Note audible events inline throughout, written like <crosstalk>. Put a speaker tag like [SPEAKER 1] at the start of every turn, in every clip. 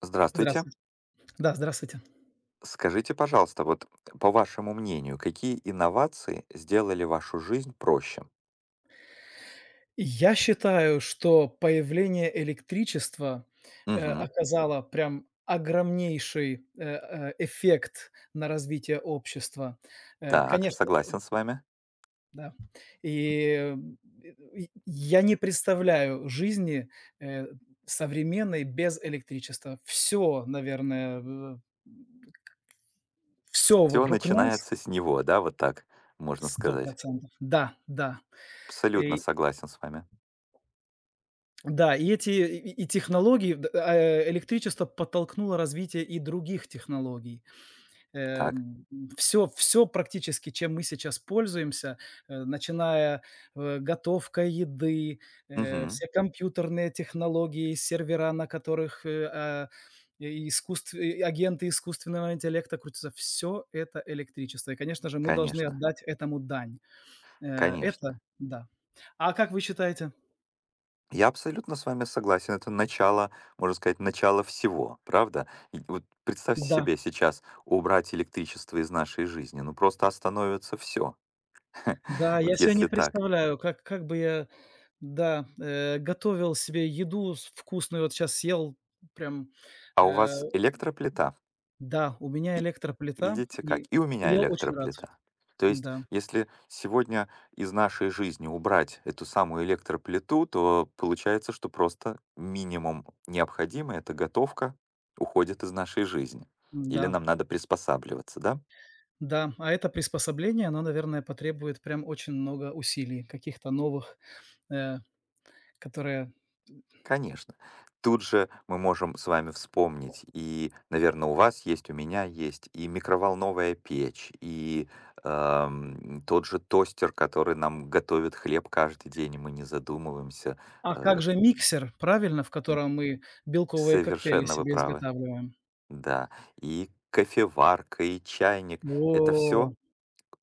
[SPEAKER 1] Здравствуйте.
[SPEAKER 2] Здравствуйте. Да, здравствуйте.
[SPEAKER 1] Скажите, пожалуйста, вот по вашему мнению, какие инновации сделали вашу жизнь проще?
[SPEAKER 2] Я считаю, что появление электричества,
[SPEAKER 1] Мгм.
[SPEAKER 2] оказало прям огромнейший, эффект на развитие общества. Э,
[SPEAKER 1] Так,
[SPEAKER 2] конечно,
[SPEAKER 1] согласен с вами.
[SPEAKER 2] да. И, э, и я не представляю жизни, э, современной без электричества. Все, наверное, все
[SPEAKER 1] Все
[SPEAKER 2] вокруг нас
[SPEAKER 1] начинается с него, да, вот так можно
[SPEAKER 2] сто
[SPEAKER 1] сказать.
[SPEAKER 2] процентов. Да, да.
[SPEAKER 1] Абсолютно согласен с вами.
[SPEAKER 2] Да, и эти и технологии, электричество подтолкнуло развитие и других технологий.
[SPEAKER 1] Так.
[SPEAKER 2] Все практически, чем мы сейчас пользуемся, начиная, готовка еды,
[SPEAKER 1] Мгм.
[SPEAKER 2] все компьютерные технологии, сервера, на которых, и агенты искусственного интеллекта крутятся- все это электричество. И, конечно же, мы должны
[SPEAKER 1] Конечно,
[SPEAKER 2] отдать этому дань. Это
[SPEAKER 1] конечно.
[SPEAKER 2] да. А как вы считаете?
[SPEAKER 1] Я абсолютно с вами согласен. Это начало, можно сказать, начало всего, правда? И вот представьте
[SPEAKER 2] Да.
[SPEAKER 1] себе сейчас убрать электричество из нашей жизни. Ну просто остановится все. <laughs>
[SPEAKER 2] Да, я
[SPEAKER 1] Вот
[SPEAKER 2] себя не
[SPEAKER 1] если так.
[SPEAKER 2] представляю, как бы я, да, готовил себе еду с вкусную. Вот сейчас съел прям,
[SPEAKER 1] А у
[SPEAKER 2] э,
[SPEAKER 1] вас электроплита?
[SPEAKER 2] да, у меня электроплита,
[SPEAKER 1] Видите
[SPEAKER 2] и
[SPEAKER 1] как? И у
[SPEAKER 2] и
[SPEAKER 1] меня
[SPEAKER 2] я очень рад.
[SPEAKER 1] электроплита. То есть,
[SPEAKER 2] Да,
[SPEAKER 1] если сегодня из нашей жизни убрать эту самую электроплиту, то получается, что просто минимум необходимый- это готовка- уходит из нашей жизни. Или
[SPEAKER 2] да,
[SPEAKER 1] нам надо приспосабливаться, да?
[SPEAKER 2] да. А это приспособление, оно, наверное, потребует прям очень много усилий, каких-то новых, э, которые.
[SPEAKER 1] Конечно. Тут же мы можем с вами вспомнить, и, наверное, у вас есть, у меня есть, и микроволновая печь, и тот же тостер, который нам готовит хлеб каждый день, и мы не задумываемся.
[SPEAKER 2] А как
[SPEAKER 1] Э,
[SPEAKER 2] же миксер, правильно, в
[SPEAKER 1] м,
[SPEAKER 2] котором мы белковые коктейли
[SPEAKER 1] совершенно вы
[SPEAKER 2] себе
[SPEAKER 1] правы.
[SPEAKER 2] изготавливаем?
[SPEAKER 1] Да. И кофеварка, и чайник. Это
[SPEAKER 2] О,
[SPEAKER 1] все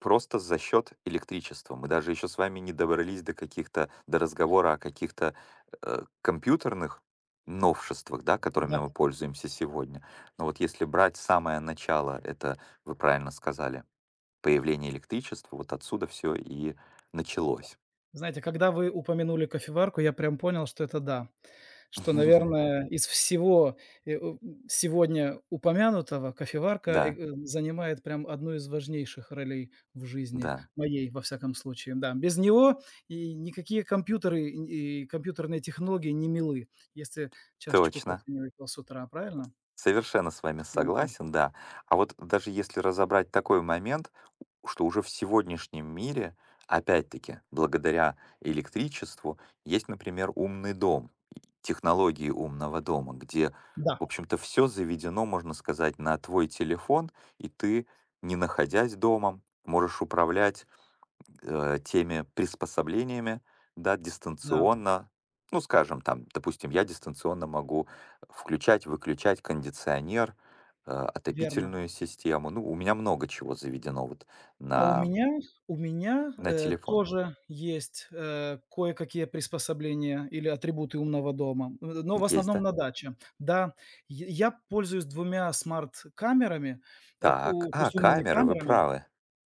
[SPEAKER 1] просто за счет электричества. Мы даже еще с вами не добрались до каких-то до разговора о каких-то, компьютерных новшествах, да, которыми
[SPEAKER 2] да.
[SPEAKER 1] мы пользуемся сегодня. Но вот если брать самое начало, это, вы правильно сказали, появление электричества, вот отсюда все и началось.
[SPEAKER 2] Знаете, когда вы упомянули кофеварку, я прям понял, что это да. Что,
[SPEAKER 1] <laughs>
[SPEAKER 2] наверное, из всего, э, у сегодня упомянутого кофеварка,
[SPEAKER 1] Да,
[SPEAKER 2] занимает прям одну из важнейших ролей в жизни,
[SPEAKER 1] да,
[SPEAKER 2] моей, во всяком случае. Да, без него и никакие компьютеры н и компьютерные технологии не милы, если чашечку кофе
[SPEAKER 1] точно.
[SPEAKER 2] не выпил с утра, правильно?
[SPEAKER 1] Совершенно с вами
[SPEAKER 2] Пенкой.
[SPEAKER 1] согласен, да. А вот даже если разобрать такой момент, что уже в сегодняшнем мире, опять-таки, благодаря электричеству, есть, например, умный дом, и технологии умного дома, где,
[SPEAKER 2] Да,
[SPEAKER 1] в общем-то, все заведено, можно сказать, на твой телефон, и ты, не находясь дома, можешь управлять теми приспособлениями, да,
[SPEAKER 2] да,
[SPEAKER 1] дистанционно. Ну, скажем, там, допустим, я дистанционно могу включать, выключать кондиционер,
[SPEAKER 2] верно.
[SPEAKER 1] отопительную систему. Ну, у меня много чего заведено вот
[SPEAKER 2] А у
[SPEAKER 1] на,
[SPEAKER 2] меня у меня,
[SPEAKER 1] на телефон.
[SPEAKER 2] тоже есть, кое-какие приспособления или атрибуты умного дома, но в
[SPEAKER 1] Есть,
[SPEAKER 2] основном
[SPEAKER 1] да?
[SPEAKER 2] на даче. Да, я пользуюсь двумя смарт-камерами, э,
[SPEAKER 1] Так,
[SPEAKER 2] у то
[SPEAKER 1] а
[SPEAKER 2] есть умными
[SPEAKER 1] камеры, вы
[SPEAKER 2] камерами.
[SPEAKER 1] правы.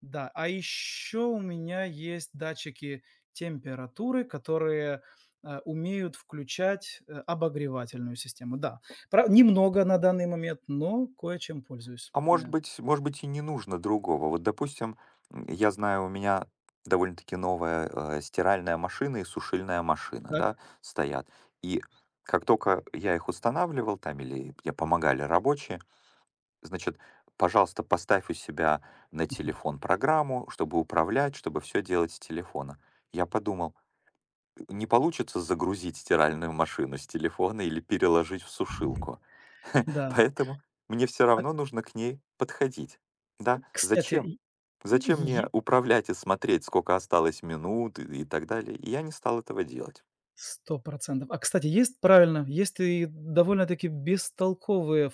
[SPEAKER 2] Да, а еще у меня есть датчики температуры, которые, умеют включать, обогревательную систему. Да, пра немного на данный момент, но кое-чем пользуюсь.
[SPEAKER 1] А
[SPEAKER 2] Э,
[SPEAKER 1] может быть, и не нужно другого. Вот, допустим, я знаю, у меня довольно-таки новая стиральная машина и сушильная машина,
[SPEAKER 2] так,
[SPEAKER 1] да, стоят. И как только я их устанавливал там или мне помогали рабочие, значит, пожалуйста, поставь у себя на
[SPEAKER 2] <laughs>
[SPEAKER 1] телефон программу, чтобы управлять, чтобы все делать с телефона. Я подумал, не получится загрузить стиральную машину с телефона или переложить в сушилку. <laughs>
[SPEAKER 2] да.
[SPEAKER 1] Поэтому мне все
[SPEAKER 2] А,
[SPEAKER 1] равно нужно к ней подходить. Да, зачем?
[SPEAKER 2] кстати
[SPEAKER 1] Зачем
[SPEAKER 2] И
[SPEAKER 1] мне
[SPEAKER 2] и
[SPEAKER 1] управлять и смотреть, сколько осталось минут и так далее? И я не стал этого делать.
[SPEAKER 2] 100%. А, кстати, есть правильно, есть и довольно-таки бестолковые ф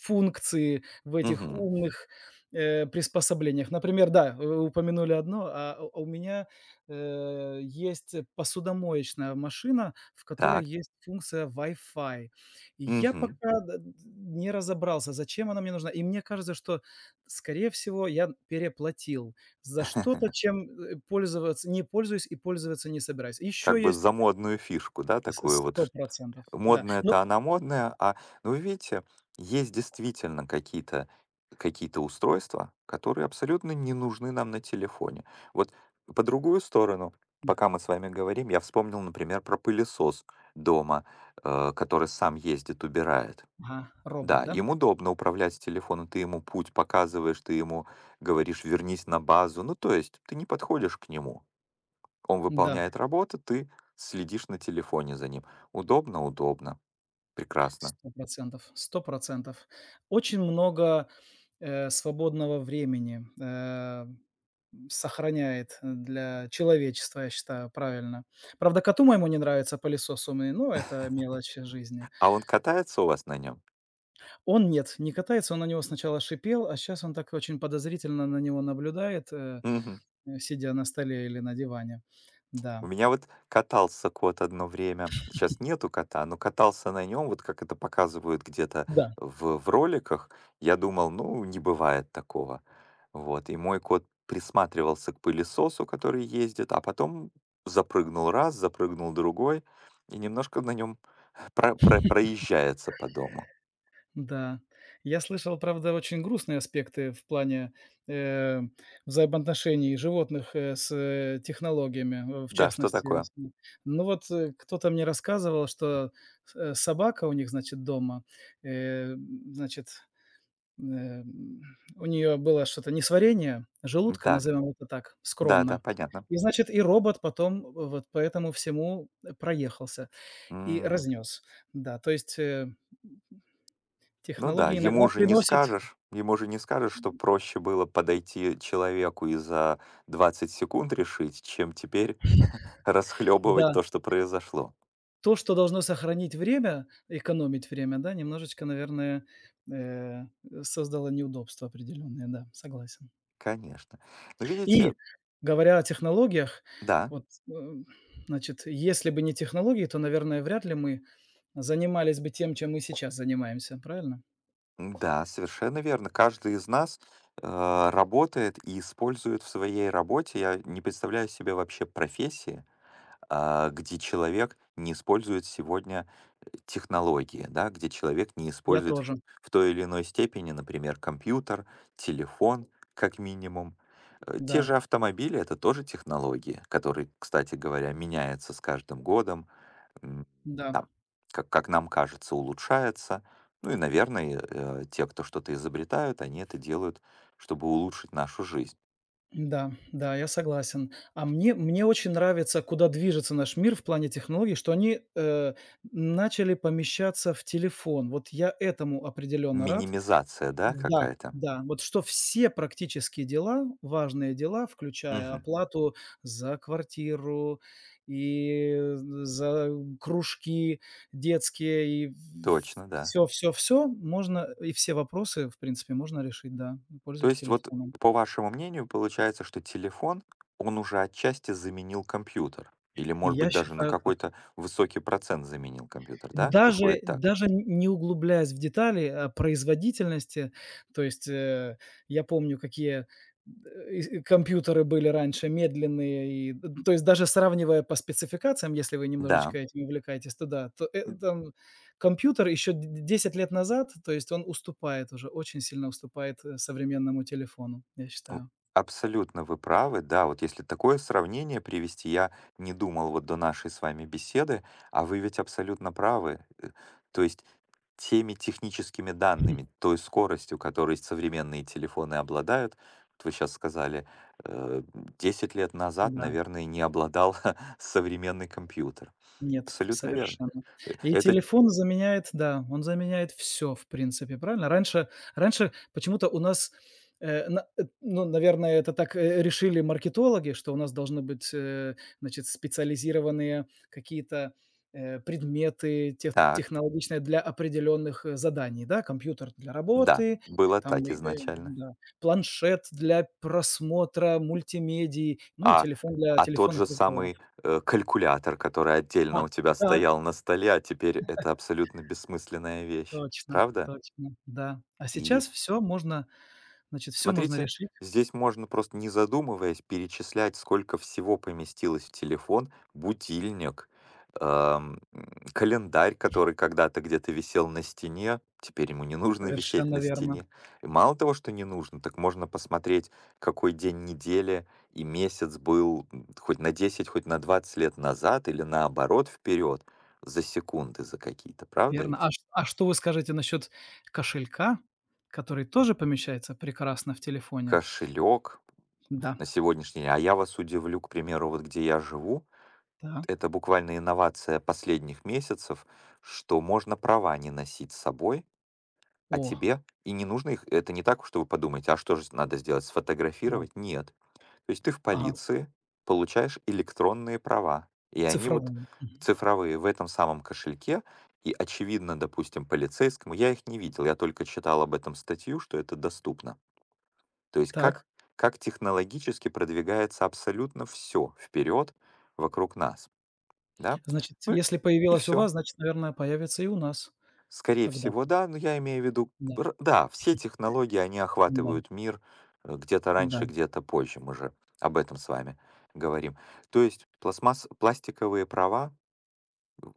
[SPEAKER 2] функции в этих
[SPEAKER 1] Мгм.
[SPEAKER 2] умных, приспособлениях. Например, да, вы упомянули одно, а у меня, есть посудомоечная машина, в которой
[SPEAKER 1] Так.
[SPEAKER 2] есть функция Wi-Fi. И я
[SPEAKER 1] Мгм.
[SPEAKER 2] пока д д не разобрался, зачем она мне нужна. И мне кажется, что, скорее всего, я переплатил за что-то, чем, пользоваться не пользуюсь и пользоваться не собираюсь.
[SPEAKER 1] Как
[SPEAKER 2] Еще
[SPEAKER 1] бы
[SPEAKER 2] есть
[SPEAKER 1] за модную фишку, да,
[SPEAKER 2] с
[SPEAKER 1] такую
[SPEAKER 2] Сто
[SPEAKER 1] вот,
[SPEAKER 2] процентов да. Ну
[SPEAKER 1] модная-то она модная, а, ну, вы видите, есть действительно какие-то какие-то устройства, которые абсолютно не нужны нам на телефоне. Вот по другую сторону,
[SPEAKER 2] да.
[SPEAKER 1] пока мы с вами говорим, я вспомнил, например, про пылесос дома, который сам ездит, убирает.
[SPEAKER 2] Ага, робот,
[SPEAKER 1] Да,
[SPEAKER 2] да?
[SPEAKER 1] им удобно управлять с телефона, ты ему путь показываешь, ты ему говоришь «вернись на базу», ну, то есть ты не подходишь к нему. Он
[SPEAKER 2] Да,
[SPEAKER 1] выполняет работу, ты следишь на телефоне за ним. Удобно, удобно. Прекрасно.
[SPEAKER 2] 100%, 100%. Очень много, свободного времени, сохраняет для человечества, я считаю, правильно. Правда, коту моему не нравится пылесос умный, но это мелочи жизни.
[SPEAKER 1] А он катается у вас на нем?
[SPEAKER 2] Он нет, не катается, он на него сначала шипел, а сейчас он так очень подозрительно на него наблюдает,
[SPEAKER 1] Мгм.
[SPEAKER 2] сидя на столе или на диване.
[SPEAKER 1] У
[SPEAKER 2] Да.
[SPEAKER 1] меня вот катался кот одно время. Щас нету кота, но катался на нем вот как это показывают где-то
[SPEAKER 2] Да.
[SPEAKER 1] в роликах. Я думал, ну, не бывает такого. Вот, и мой кот присматривался к пылесосу, который ездит, а потом запрыгнул раз, запрыгнул другой и немножко на нем проезжается по дому.
[SPEAKER 2] Да. Я слышал, правда, очень грустные аспекты в плане, э, взаимоотношений животных, с, технологиями, в
[SPEAKER 1] Да, что
[SPEAKER 2] частности,
[SPEAKER 1] такое?
[SPEAKER 2] с. Ну вот, кто-то мне рассказывал, что собака у них, значит, дома, э, значит, эм, у нее было что-то несварение желудка,
[SPEAKER 1] Так.
[SPEAKER 2] назовем это так,
[SPEAKER 1] Да-да,
[SPEAKER 2] скромно.
[SPEAKER 1] понятно.
[SPEAKER 2] И, значит, и робот потом вот по этому всему проехался и
[SPEAKER 1] М.
[SPEAKER 2] разнес. Да, то есть,
[SPEAKER 1] Ну да,
[SPEAKER 2] технологии
[SPEAKER 1] ему
[SPEAKER 2] иногда
[SPEAKER 1] же не
[SPEAKER 2] приносят,
[SPEAKER 1] скажешь, ему же не скажешь, что проще было подойти человеку и за 20 секунд решить, чем теперь расхлебывать
[SPEAKER 2] да,
[SPEAKER 1] то, что произошло.
[SPEAKER 2] то, что должно сохранить время, экономить время, да, немножечко, наверное, э, создало неудобства определенные, да, согласен.
[SPEAKER 1] Конечно. Но
[SPEAKER 2] И,
[SPEAKER 1] видите,
[SPEAKER 2] говоря о технологиях,
[SPEAKER 1] да,
[SPEAKER 2] вот, значит, если бы не технологии, то, наверное, вряд ли мы занимались бы тем, чем мы сейчас занимаемся, правильно?
[SPEAKER 1] да, совершенно верно. Каждый из нас работает и использует в своей работе. Я не представляю себе вообще профессии, где человек не использует сегодня технологии, да, где человек не
[SPEAKER 2] Я
[SPEAKER 1] использует в
[SPEAKER 2] тоже.
[SPEAKER 1] в той или иной степени, например, компьютер, телефон, как минимум. Те
[SPEAKER 2] Да,
[SPEAKER 1] же автомобили— это тоже технологии, которые, кстати говоря, меняются с каждым годом, м,
[SPEAKER 2] да.
[SPEAKER 1] там, как нам кажется, улучшается. Ну и, наверное, те, кто что-то изобретают, они это делают, чтобы улучшить нашу жизнь.
[SPEAKER 2] Да, да, я согласен. А мне очень нравится, куда движется наш мир в плане технологий, что они, начали помещаться в телефон. Вот я этому определенно рад.
[SPEAKER 1] Минимизация, да,
[SPEAKER 2] Да,
[SPEAKER 1] какая-то?
[SPEAKER 2] да, вот что все практические дела, важные дела, включая
[SPEAKER 1] Мгм.
[SPEAKER 2] оплату за квартиру и за кружки детские, и
[SPEAKER 1] Точно, да.
[SPEAKER 2] все, все, все можно, и все вопросы, в принципе, можно решить, да,
[SPEAKER 1] То
[SPEAKER 2] пользуясь
[SPEAKER 1] есть вот,
[SPEAKER 2] телефоном.
[SPEAKER 1] по вашему мнению, получается, что телефон, он уже отчасти заменил компьютер? Или, может
[SPEAKER 2] Я
[SPEAKER 1] быть, даже на
[SPEAKER 2] считаю так.
[SPEAKER 1] какой-то высокий процент заменил компьютер, да?
[SPEAKER 2] Даже
[SPEAKER 1] Выходит так.
[SPEAKER 2] даже не углубляясь в детали, а, производительности, то есть, я помню, какие, и компьютеры были раньше медленные, и д то есть даже сравнивая по спецификациям, если вы
[SPEAKER 1] Да,
[SPEAKER 2] немножечко этим увлекаетесь, то да, то,
[SPEAKER 1] м,
[SPEAKER 2] там компьютер еще д д лет назад, то есть он уступает уже, очень сильно уступает, современному телефону, я
[SPEAKER 1] м,
[SPEAKER 2] считаю.
[SPEAKER 1] абсолютно вы правы. Да, вот если такое сравнение привести, я не думал вот до нашей с вами беседы, а вы ведь абсолютно правы. То есть теми техническими данными,
[SPEAKER 2] <laughs>
[SPEAKER 1] той скоростью, которой современные телефоны обладают. Вот вы сейчас сказали, э, 10 лет назад,
[SPEAKER 2] Да.
[SPEAKER 1] наверное, не обладал <laughs> современный компьютер.
[SPEAKER 2] Нет,
[SPEAKER 1] Абсолютно верно.
[SPEAKER 2] совершенно. И
[SPEAKER 1] Это
[SPEAKER 2] телефон заменяет, да, он заменяет все, в принципе, правильно? Раньше почему-то у нас, ну, наверное, это так, решили маркетологи, что у нас должны быть, значит, специализированные какие-то, предметы
[SPEAKER 1] так,
[SPEAKER 2] технологичные для определенных, заданий, да? Компьютер для
[SPEAKER 1] да,
[SPEAKER 2] работы,
[SPEAKER 1] было
[SPEAKER 2] там,
[SPEAKER 1] так изначально.
[SPEAKER 2] да, планшет для просмотра мультимедий, ну и
[SPEAKER 1] А,
[SPEAKER 2] телефон для
[SPEAKER 1] а тот
[SPEAKER 2] телефонных
[SPEAKER 1] же
[SPEAKER 2] разговоров.
[SPEAKER 1] самый калькулятор, который
[SPEAKER 2] А,
[SPEAKER 1] отдельно у тебя
[SPEAKER 2] да.
[SPEAKER 1] стоял на столе, а теперь это абсолютно бессмысленная вещь.
[SPEAKER 2] Точно,
[SPEAKER 1] Правда?
[SPEAKER 2] точно, да. А
[SPEAKER 1] И
[SPEAKER 2] сейчас все можно, значит, все можно
[SPEAKER 1] смотрите,
[SPEAKER 2] решить.
[SPEAKER 1] здесь можно просто не задумываясь перечислять, сколько всего поместилось в телефон, будильник, календарь, который когда-то где-то висел на стене, теперь ему не нужно висеть
[SPEAKER 2] Совершенно
[SPEAKER 1] на
[SPEAKER 2] верно,
[SPEAKER 1] стене. И мало того, что не нужно, так можно посмотреть, какой день недели и месяц был хоть на 10, хоть на 20 лет назад или наоборот вперед за секунды за какие-то, правда
[SPEAKER 2] верно. А
[SPEAKER 1] ведь?
[SPEAKER 2] ш а что вы скажете насчет кошелька, который тоже помещается прекрасно в телефоне?
[SPEAKER 1] Кошелек,
[SPEAKER 2] Да,
[SPEAKER 1] на сегодняшний день. А я вас удивлю, к примеру, вот где я живу,
[SPEAKER 2] да.
[SPEAKER 1] это буквально инновация последних месяцев, что можно права не носить с собой, а
[SPEAKER 2] О,
[SPEAKER 1] тебе и не нужно их, это не так, что вы подумаете, а что же надо сделать,
[SPEAKER 2] да.
[SPEAKER 1] сфотографировать? Нет. То есть ты в
[SPEAKER 2] Ага.
[SPEAKER 1] полиции получаешь электронные права, и они вот
[SPEAKER 2] Цифровой. Мгм.
[SPEAKER 1] цифровые в этом самом кошельке, и очевидно, допустим, полицейскому, я их не видел, я только читал об этом статью, что это доступно. То есть
[SPEAKER 2] Так,
[SPEAKER 1] как технологически продвигается абсолютно все вперед вокруг нас. Да?
[SPEAKER 2] значит,
[SPEAKER 1] Ну
[SPEAKER 2] если
[SPEAKER 1] и
[SPEAKER 2] появилось у
[SPEAKER 1] все.
[SPEAKER 2] вас, значит, наверное, появится и у нас
[SPEAKER 1] Скорее всего,
[SPEAKER 2] когда-то.
[SPEAKER 1] да, но я имею в виду,
[SPEAKER 2] Да,
[SPEAKER 1] р да, все технологии, они
[SPEAKER 2] да,
[SPEAKER 1] охватывают мир, где-то
[SPEAKER 2] да.
[SPEAKER 1] раньше, где-то позже. Мы же об этом с вами говорим. То есть пластмасс пластиковые права,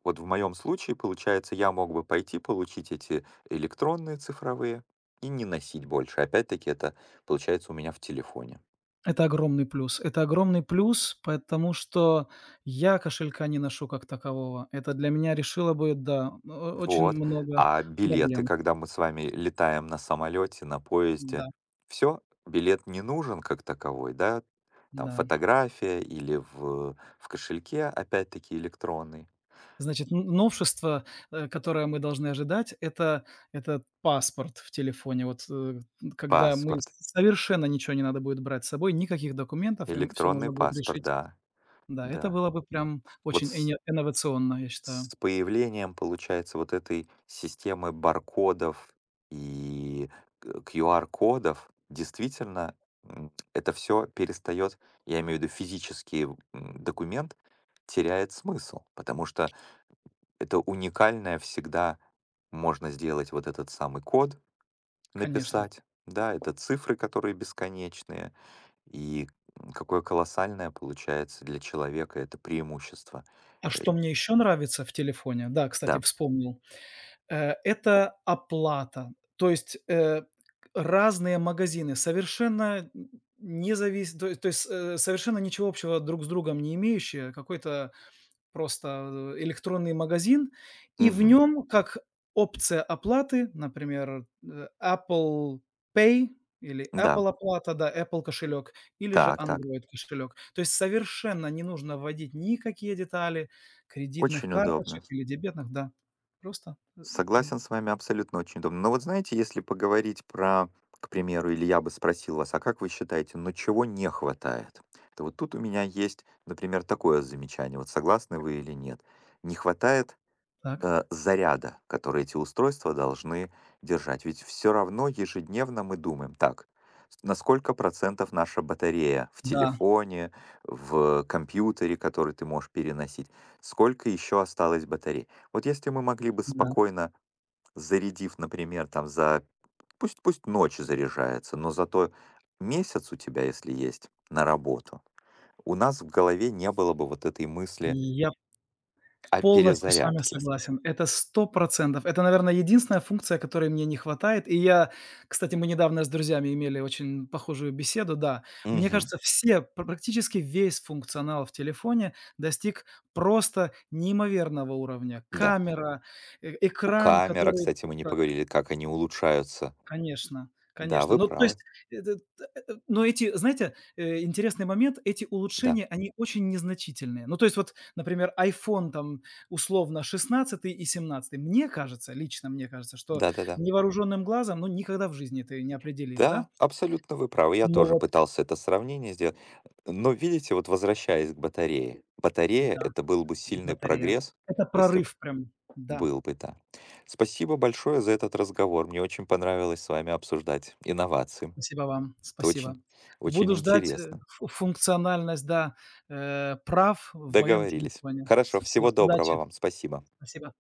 [SPEAKER 1] вот в моем случае, получается, я мог бы пойти получить эти электронные цифровые и не носить больше. Опять-таки это получается у меня в телефоне.
[SPEAKER 2] Это огромный плюс. Это огромный плюс, потому что я кошелька не ношу как такового. Это для меня решило бы, да, о очень
[SPEAKER 1] Вот.
[SPEAKER 2] много
[SPEAKER 1] А билеты,
[SPEAKER 2] проблем.
[SPEAKER 1] когда мы с вами летаем на самолете, на
[SPEAKER 2] Да,
[SPEAKER 1] поезде, все, билет не нужен как таковой, да? Там
[SPEAKER 2] да.
[SPEAKER 1] фотография или в кошельке, опять-таки, электронный.
[SPEAKER 2] Значит, н новшество, которое мы должны ожидать- это паспорт в телефоне. Вот, э, когда мы с
[SPEAKER 1] Паспорт.
[SPEAKER 2] совершенно ничего не надо будет брать с собой, никаких документов, и всё можно
[SPEAKER 1] Электронный
[SPEAKER 2] будет
[SPEAKER 1] паспорт,
[SPEAKER 2] решить.
[SPEAKER 1] да,
[SPEAKER 2] Да, это
[SPEAKER 1] да.
[SPEAKER 2] было бы прям
[SPEAKER 1] Вот
[SPEAKER 2] очень
[SPEAKER 1] с
[SPEAKER 2] ине инновационно, я считаю.
[SPEAKER 1] С появлением, получается, вот этой системы баркодов и к QR-кодов действительно, это все перестает я имею в виду физический, документ, теряет смысл, потому что это уникальное всегда можно сделать вот этот самый код,
[SPEAKER 2] Конечно.
[SPEAKER 1] написать, да, это цифры, которые бесконечные, и, какое колоссальное получается для человека это преимущество.
[SPEAKER 2] А
[SPEAKER 1] Э,
[SPEAKER 2] что мне еще нравится в телефоне? Да, кстати,
[SPEAKER 1] да.
[SPEAKER 2] вспомнил. Это оплата. То есть, разные магазины совершенно не завис то есть, э, совершенно ничего общего друг с другом не имеющие, какой-то. Просто, электронный магазин, и в
[SPEAKER 1] Мгм.
[SPEAKER 2] нем как опция оплаты, например, Apple Pay или
[SPEAKER 1] Да.
[SPEAKER 2] Apple оплата, да, Apple кошелек или же
[SPEAKER 1] Так, так.
[SPEAKER 2] Android кошелек. То есть совершенно не нужно вводить никакие детали кредитных
[SPEAKER 1] Очень
[SPEAKER 2] карточек
[SPEAKER 1] удобно.
[SPEAKER 2] или дебетных, да. Просто,
[SPEAKER 1] Согласен с вами, абсолютно очень удобно. Но вот знаете, если поговорить про, к примеру, или я бы спросил вас, а как вы считаете, ну чего не хватает? То вот тут у меня есть, например, такое замечание, вот согласны вы или нет. Не хватает
[SPEAKER 2] так.
[SPEAKER 1] заряда, который эти устройства должны держать. Ведь все равно ежедневно мы думаем, так, с- на сколько процентов наша батарея в
[SPEAKER 2] Да,
[SPEAKER 1] телефоне, в компьютере, который ты можешь переносить, сколько еще осталось батарей. Вот если мы могли бы
[SPEAKER 2] да.
[SPEAKER 1] спокойно, зарядив, например, там за, пусть, пусть ночь заряжается, но зато месяц у тебя, если есть, на работу, у нас в голове не было бы вот этой мысли
[SPEAKER 2] Я
[SPEAKER 1] о
[SPEAKER 2] полностью с вами
[SPEAKER 1] перезарядке.
[SPEAKER 2] согласен. Это 100%. Это, наверное, единственная функция, которой мне не хватает. И кстати, мы недавно с друзьями имели очень похожую беседу, да. Мне
[SPEAKER 1] Мгм.
[SPEAKER 2] кажется, все, пр практически весь функционал в телефоне достиг просто неимоверного уровня.
[SPEAKER 1] Да.
[SPEAKER 2] Камера, экран,
[SPEAKER 1] Камера,
[SPEAKER 2] который.
[SPEAKER 1] кстати, мы не поговорили, как они улучшаются.
[SPEAKER 2] Конечно,
[SPEAKER 1] Да,
[SPEAKER 2] конечно.
[SPEAKER 1] вы
[SPEAKER 2] Ну, то есть,
[SPEAKER 1] правы.
[SPEAKER 2] но эти, знаете, интересный момент, эти
[SPEAKER 1] Да,
[SPEAKER 2] улучшения, они очень незначительные. Ну, то есть вот, например, iPhone там условно 16-й и 17-й. Мне кажется, лично мне кажется, что
[SPEAKER 1] да-да-да. Да, да.
[SPEAKER 2] невооруженным глазом, ну, никогда в жизни ты не определишь, да?
[SPEAKER 1] Да, абсолютно вы правы. Я
[SPEAKER 2] Но
[SPEAKER 1] тоже
[SPEAKER 2] вот
[SPEAKER 1] пытался это сравнение сделать. Но видите, вот возвращаясь к батарее. Батарея—
[SPEAKER 2] да,
[SPEAKER 1] это был бы сильный
[SPEAKER 2] батарея.
[SPEAKER 1] прогресс,
[SPEAKER 2] Это
[SPEAKER 1] если б
[SPEAKER 2] прорыв прям. Да,
[SPEAKER 1] был бы, да. Спасибо большое за этот разговор. Мне очень понравилось с вами обсуждать инновации.
[SPEAKER 2] спасибо вам,
[SPEAKER 1] Это
[SPEAKER 2] спасибо.
[SPEAKER 1] очень, очень
[SPEAKER 2] Буду ждать, э,
[SPEAKER 1] интересно.
[SPEAKER 2] фу функциональность, да, прав в моем
[SPEAKER 1] Договорились.
[SPEAKER 2] телефоне.
[SPEAKER 1] Хорошо, всего
[SPEAKER 2] Всё,
[SPEAKER 1] доброго
[SPEAKER 2] удачи,
[SPEAKER 1] вам. Спасибо.
[SPEAKER 2] спасибо.